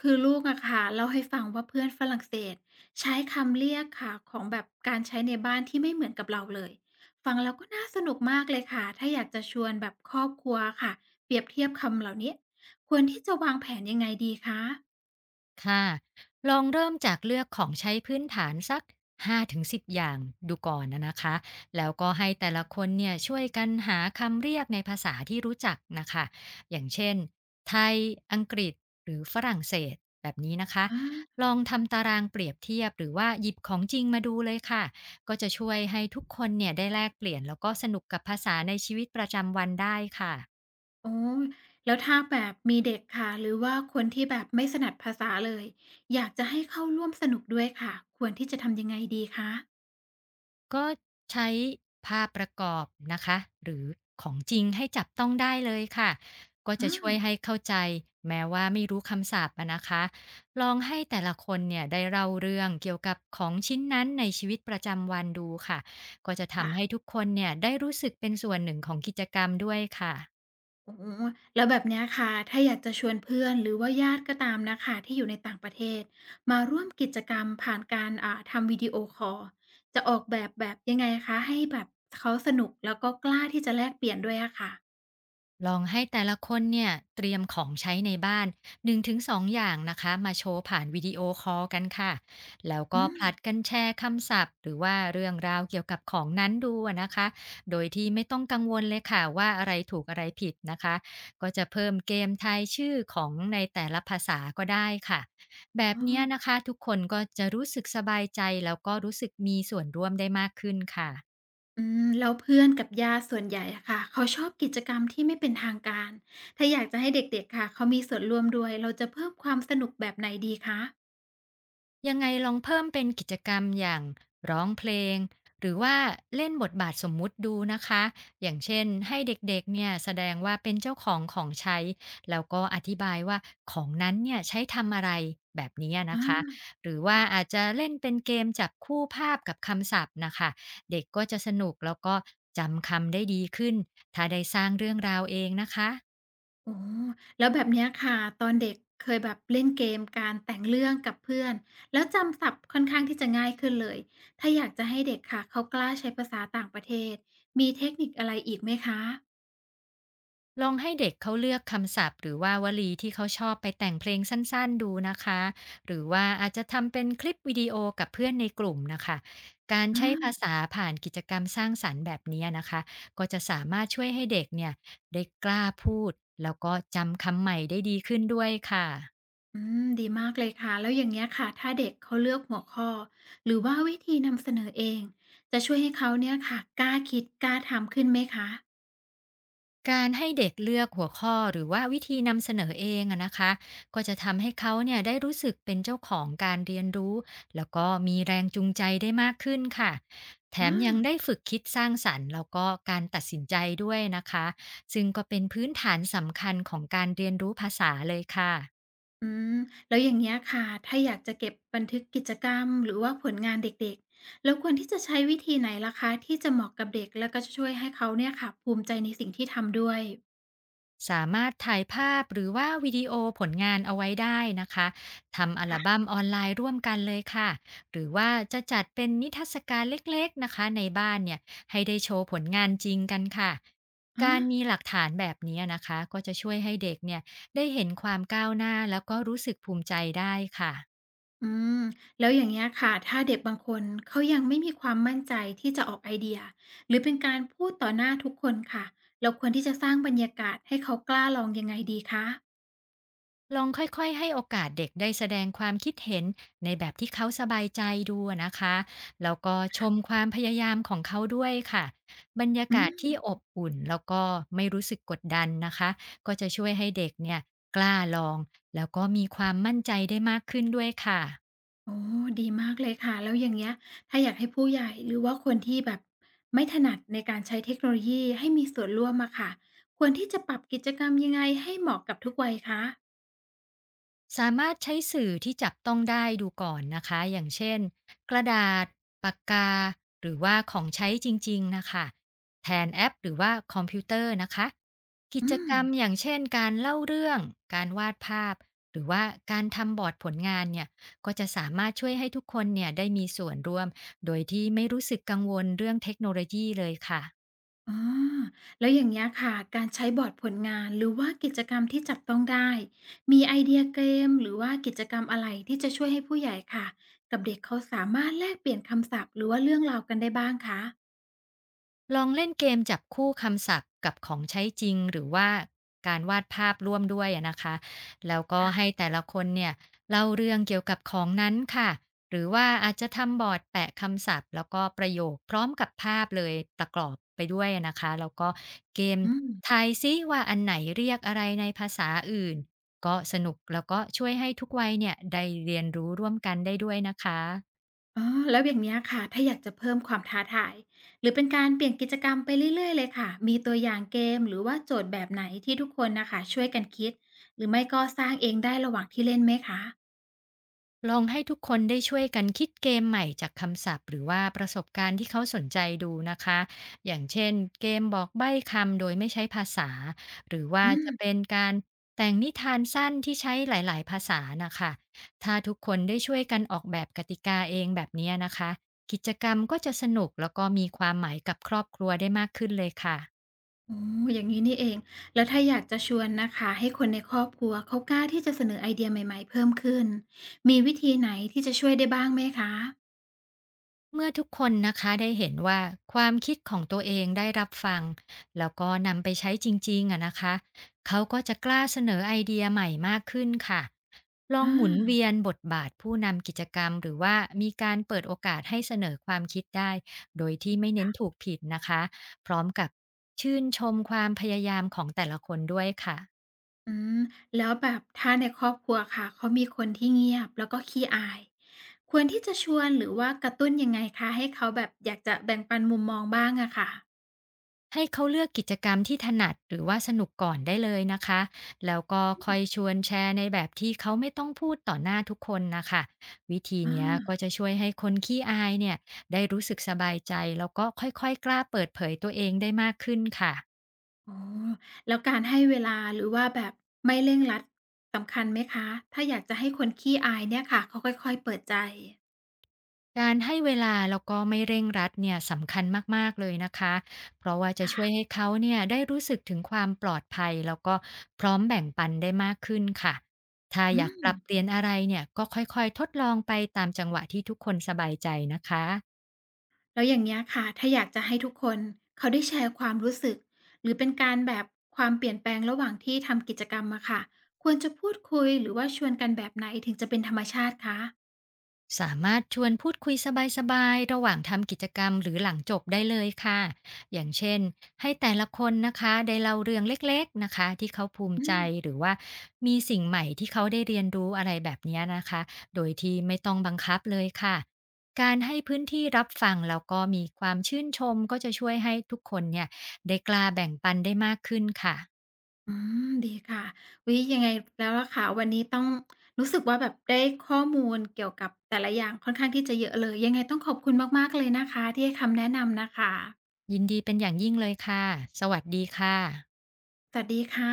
คือลูกอะค่ะเล่าให้ฟังว่าเพื่อนฝรั่งเศสใช้คำเรียกค่ะของแบบการใช้ในบ้านที่ไม่เหมือนกับเราเลยฟังแล้วก็น่าสนุกมากเลยค่ะถ้าอยากจะชวนแบบครอบครัวค่ะเปรียบเทียบคำเหล่านี้ควรที่จะวางแผนยังไงดีคะค่ะลองเริ่มจากเลือกของใช้พื้นฐานสัก5-10อย่างดูก่อนนะคะแล้วก็ให้แต่ละคนเนี่ยช่วยกันหาคำเรียกในภาษาที่รู้จักนะคะอย่างเช่นไทยอังกฤษหรือฝรั่งเศสแบบนี้นะคะอาลองทำตารางเปรียบเทียบหรือว่าหยิบของจริงมาดูเลยค่ะก็จะช่วยให้ทุกคนเนี่ยได้แลกเปลี่ยนแล้วก็สนุกกับภาษาในชีวิตประจำวันได้ค่ะ โอ้ยแล้วถ้าแบบมีเด็กค่ะหรือว่าคนที่แบบไม่สนัดภาษาเลยอยากจะให้เข้าร่วมสนุกด้วยค่ะควรที่จะทำยังไงดีคะก็ใช้ภาพประกอบนะคะหรือของจริงให้จับต้องได้เลยค่ะก็อจะช่วยให้าเข้าใจแม้ว่าไม่รู้คำศัพท์อะนะคะลองให้แต่ละคนเนี่ยได้เล่าเรื่องเกี่ยวกับของชิ้นนั้นในชีวิตประจำวันดูค่ะก็จะทำให้ค่ะ ทุกคนเนี่ยได้รู้สึกเป็นส่วนหนึ่งของกิจกรรมด้วยค่ะ โอ้โฮแล้วแบบเนี้ยค่ะถ้าอยากจะชวนเพื่อนหรือว่าญาติก็ตามนะคะที่อยู่ในต่างประเทศมาร่วมกิจกรรมผ่านการทำวิดีโอคอลจะออกแบบแบบยังไงคะให้แบบเขาสนุกแล้วก็กล้าที่จะแลกเปลี่ยนด้วยอะค่ะลองให้แต่ละคนเนี่ยเตรียมของใช้ในบ้าน1-2องอย่างนะคะมาโชว์ผ่านวิดีโอคอลกันค่ะแล้วอืก็ผมลัดกันแชร์คำศัพท์หรือว่าเรื่องราวเกี่ยวกับของนั้นดูอะนะคะโดยที่ไม่ต้องกังวลเลยค่ะว่าอะไรถูกอะไรผิดนะคะก็จะเพิ่มเกมทายชื่อของในแต่ละภาษาก็ได้ค่ะแบอ๋บเนี้ยนะอคะทุกคนก็จะรู้สึกสบายใจแล้วก็รู้สึกมีส่วนร่วมได้มากขึ้นค่ะ อืมแล้วเพื่อนกับญาติส่วนใหญ่อะค่ะเขาชอบกิจกรรมที่ไม่เป็นทางการถ้าอยากจะให้เด็กๆค่ะเขามีส่วนร่วมด้วยเราจะเพิ่มความสนุกแบบไหนดีคะยังไงลองเพิ่มเป็นกิจกรรมอย่างร้องเพลงหรือว่าเล่นบทบาทสมมุติดูนะคะอย่างเช่นให้เด็กๆเนี่ยแสดงว่าเป็นเจ้าของของใช้แล้วก็อธิบายว่าของนั้นเนี่ยใช้ทำอะไรแบบนี้นะอาคะหรือว่าค่ะ อาจจะเล่นเป็นเกมจับคู่ภาพกับคำศัพท์นะคะเด็กก็จะสนุกแล้วก็จำคำได้ดีขึ้นถ้าได้สร้างเรื่องราวเองนะคะ อ๋อแล้วแบบเนี้ยค่ะตอนเด็กเคยแบบเล่นเกมการแต่งเรื่องกับเพื่อนแล้วจำศัพท์ค่อนข้างที่จะง่ายขึ้นเลยถ้าอยากจะให้เด็กค่ะเขากล้าใช้ภาษาต่างประเทศมีเทคนิคอะไรอีกไหมคะลองให้เด็กเขาเลือกคำศัพท์หรือว่าวลีที่เขาชอบไปแต่งเพลงสั้นๆดูนะคะหรือว่าอาจจะทำเป็นคลิปวิดีโอกับเพื่อนในกลุ่มนะคะการใช้ภาอาษาผ่านกิจกรรมสร้างสรรค์แบบนี้นะคะก็จะสามารถช่วยให้เด็กเนี่ยได้กล้าพูดแล้วก็จำคำใหม่ได้ดีขึ้นด้วยค่ะ อืมดีมากเลยค่ะแล้วอย่างเงี้ยค่ะถ้าเด็กเขาเลือกหัวข้อหรือว่าวิธีนำเสนอเองจะช่วยให้เขาเนี่ยค่ะกล้าคิดกล้าทำขึ้นไหมคะการให้เด็กเลือกหัวข้อหรือว่าวิธีนำเสนอเองอะนะคะก็จะทำให้เขาเนี่ยได้รู้สึกเป็นเจ้าของการเรียนรู้แล้วก็มีแรงจูงใจได้มากขึ้นค่ะแถมยังได้อา ฝึกคิดสร้างสรรค์แล้วก็การตัดสินใจด้วยนะคะซึ่งก็เป็นพื้นฐานสำคัญของการเรียนรู้ภาษาเลยค่ะ อืมแล้วอย่างเงี้ยค่ะถ้าอยากจะเก็บบันทึกกิจกรรมหรือว่าผลงานเด็กๆแล้วควรที่จะใช้วิธีไหนล่ะคะที่จะเหมาะกับเด็กแล้วก็จะช่วยให้เขาเนี่ยค่ะภูมิใจในสิ่งที่ทำด้วยสามารถถ่ายภาพหรือว่าวิดีโอผลงานเอาไว้ได้นะคะทำอัลค่ะบั้มออนไลน์ร่วมกันเลยค่ะหรือว่าจะจัดเป็นนิทรรศการเล็กๆนะคะในบ้านเนี่ยให้ได้โชว์ผลงานจริงกันค่ะอาการมีหลักฐานแบบนี้นะคะก็จะช่วยให้เด็กเนี่ยได้เห็นความก้าวหน้าแล้วก็รู้สึกภูมิใจได้ค่ะ อืมแล้วอย่างเงี้ยค่ะถ้าเด็กบางคนเขายังไม่มีความมั่นใจที่จะออกไอเดียหรือเป็นการพูดต่อหน้าทุกคนค่ะเราควรที่จะสร้างบรรยากาศให้เขากล้าลองยังไงดีคะลองค่อยๆให้โอกาสเด็กได้แสดงความคิดเห็นในแบบที่เขาสบายใจดูอะนะคะ แล้วก็ชมความพยายามของเขาด้วยค่ะ บรรยาอืกาศที่ม อบอุ่นแล้วก็ไม่รู้สึกกดดันนะคะ ก็จะช่วยให้เด็กเนี่ยกล้าลองแล้วก็มีความมั่นใจได้มากขึ้นด้วยค่ะ โอ้ดีมากเลยค่ะแล้วอย่างเงี้ยถ้าอยากให้ผู้ใหญ่หรือว่าคนที่แบบไม่ถนัดในการใช้เทคโนโลยีให้มีส่วนร่วมอะค่ะควรที่จะปรับกิจกรรมยังไงให้เหมาะกับทุกวัยคะสามารถใช้สื่อที่จับต้องได้ดูก่อนนะคะอย่างเช่นกระดาษปากกาหรือว่าของใช้จริงๆนะคะแทนแอปหรือว่าคอมพิวเตอร์นะคะกิอืจกมรรมอย่างเช่นการเล่าเรื่องการวาดภาพหรือว่าการทำบอร์ดผลงานเนี่ยก็จะสามารถช่วยให้ทุกคนเนี่ยได้มีส่วนร่วมโดยที่ไม่รู้สึกกังวลเรื่องเทคโนโลยีเลยค่ะ อ๋อแล้วอย่างเงี้ยค่ะการใช้บอร์ดผลงานหรือว่ากิจกรรมที่จับต้องได้มีไอเดียเกมหรือว่ากิจกรรมอะไรที่จะช่วยให้ผู้ใหญ่ค่ะกับเด็กเขาสามารถแลกเปลี่ยนคำศัพท์หรือว่าเรื่องราวกันได้บ้างคะลองเล่นเกมจับคู่คำศัพท์กับของใช้จริงหรือว่าการวาดภาพร่วมด้วยอะนะคะแล้วก็ให้ค่ะแต่ละคนเนี่ยเล่าเรื่องเกี่ยวกับของนั้นค่ะหรือว่าอาจจะทำบอร์ดแปะคำศัพท์แล้วก็ประโยคพร้อมกับภาพเลยประกอบไปด้วยอะนะคะแล้วก็เกมอืม ทายซิว่าอันไหนเรียกอะไรในภาษาอื่นก็สนุกแล้วก็ช่วยให้ทุกวัยเนี่ยได้เรียนรู้ร่วมกันได้ด้วยนะคะ อ๋อแล้วอย่างเนี้ยค่ะ ถ้าอยากจะเพิ่มความท้าทายหรือเป็นการเปลี่ยนกิจกรรมไปเรื่อยๆเลยค่ะ มีตัวอย่างเกมหรือว่าโจทย์แบบไหนที่ทุกคนนะคะช่วยกันคิดหรือไม่ก็สร้างเองได้ระหว่างที่เล่นไหมคะลองให้ทุกคนได้ช่วยกันคิดเกมใหม่จากคำศัพท์หรือว่าประสบการณ์ที่เขาสนใจดูนะคะอย่างเช่นเกมบอกใบ้คำโดยไม่ใช้ภาษาหรือว่าอืมจะเป็นการแต่งนิทานสั้นที่ใช้หลายๆภาษานะคะถ้าทุกคนได้ช่วยกันออกแบบกติกาเองแบบนี้นะคะกิจกรรมก็จะสนุกแล้วก็มีความหมายกับครอบครัวได้มากขึ้นเลยค่ะ โอ้อย่างนี้นี่เองแล้วถ้าอยากจะชวนนะคะให้คนในครอบครัวเขากล้าที่จะเสนอไอเดียใหม่ๆเพิ่มขึ้นมีวิธีไหนที่จะช่วยได้บ้างไหมคะเมื่อทุกคนนะคะได้เห็นว่าความคิดของตัวเองได้รับฟังแล้วก็นำไปใช้จริงๆอะนะคะเขาก็จะกล้าเสนอไอเดียใหม่มากขึ้นค่ะลองอาหมุนเวียนบทบาทผู้นำกิจกรรมหรือว่ามีการเปิดโอกาสให้เสนอความคิดได้โดยที่ไม่เน้นค่ะถูกผิดนะคะพร้อมกับชื่นชมความพยายามของแต่ละคนด้วยค่ะ อืมแล้วแบบถ้าในครอบครัวค่ะเขามีคนที่เงียบแล้วก็ขี้อาย ควรที่จะชวนหรือว่ากระตุ้นยังไงคะให้เขาแบบอยากจะแบ่งปันมุมมองบ้างอะค่ะให้เขาเลือกกิจกรรมที่ถนัดหรือว่าสนุกก่อนได้เลยนะคะ แล้วก็อืคอมยชวนแชร์ในแบบที่เขาไม่ต้องพูดต่อหน้าทุกคนนะคะ วิธีอาเนี้ยก็จะช่วยให้คนขี้อายเนี่ยได้รู้สึกสบายใจแล้วก็ค่อยๆกล้าเปิดเผยตัวเองได้มากขึ้นค่ะ อ๋อแล้วการให้เวลาหรือว่าแบบไม่เร่งรัดสำคัญไหมคะถ้าอยากจะให้คนขี้อายเนี่ยค่ะเขาค่อยๆเปิดใจการให้เวลาแล้วก็ไม่เร่งรัดเนี่ยสำคัญมากๆเลยนะคะ เพราะว่าจะช่วยค่ะให้เขาเนี่ยได้รู้สึกถึงความปลอดภัยแล้วก็พร้อมแบ่งปันได้มากขึ้นค่ะ ถ้าอือยากปรับมเปลี่ยนอะไรเนี่ยก็ค่อยๆทดลองไปตามจังหวะที่ทุกคนสบายใจนะคะ แล้วอย่างเงี้ยค่ะถ้าอยากจะให้ทุกคนเขาได้แชร์ความรู้สึกหรือเป็นการแบบความเปลี่ยนแปลงระหว่างที่ทำกิจกรรมอะค่ะควรจะพูดคุยหรือว่าชวนกันแบบไหนถึงจะเป็นธรรมชาติคะสามารถชวนพูดคุยสบายๆระหว่างทำกิจกรรมหรือหลังจบได้เลยค่ะอย่างเช่นให้แต่ละคนนะคะได้เล่าเรื่องเล็กๆนะคะที่เขาภูมิอืใจม หรือว่ามีสิ่งใหม่ที่เขาได้เรียนรู้อะไรแบบเนี้ยนะคะโดยที่ไม่ต้องบังคับเลยค่ะการให้พื้นที่รับฟังแล้วก็มีความชื่นชมก็จะช่วยให้ทุกคนเนี่ยได้กล้าแบ่งปันได้มากขึ้นค่ะอืมดีค่ะอุ๊ยยังไงแล้วล่ะค่ะวันนี้ต้องรู้สึกว่าแบบได้ข้อมูลเกี่ยวกับแต่ละอย่างค่อนข้างที่จะเยอะเลยยังไงต้องขอบคุณมากๆเลยนะคะที่ให้คำแนะนำนะคะยินดีเป็นอย่างยิ่งเลยค่ะสวัสดีค่ะสวัสดีค่ะ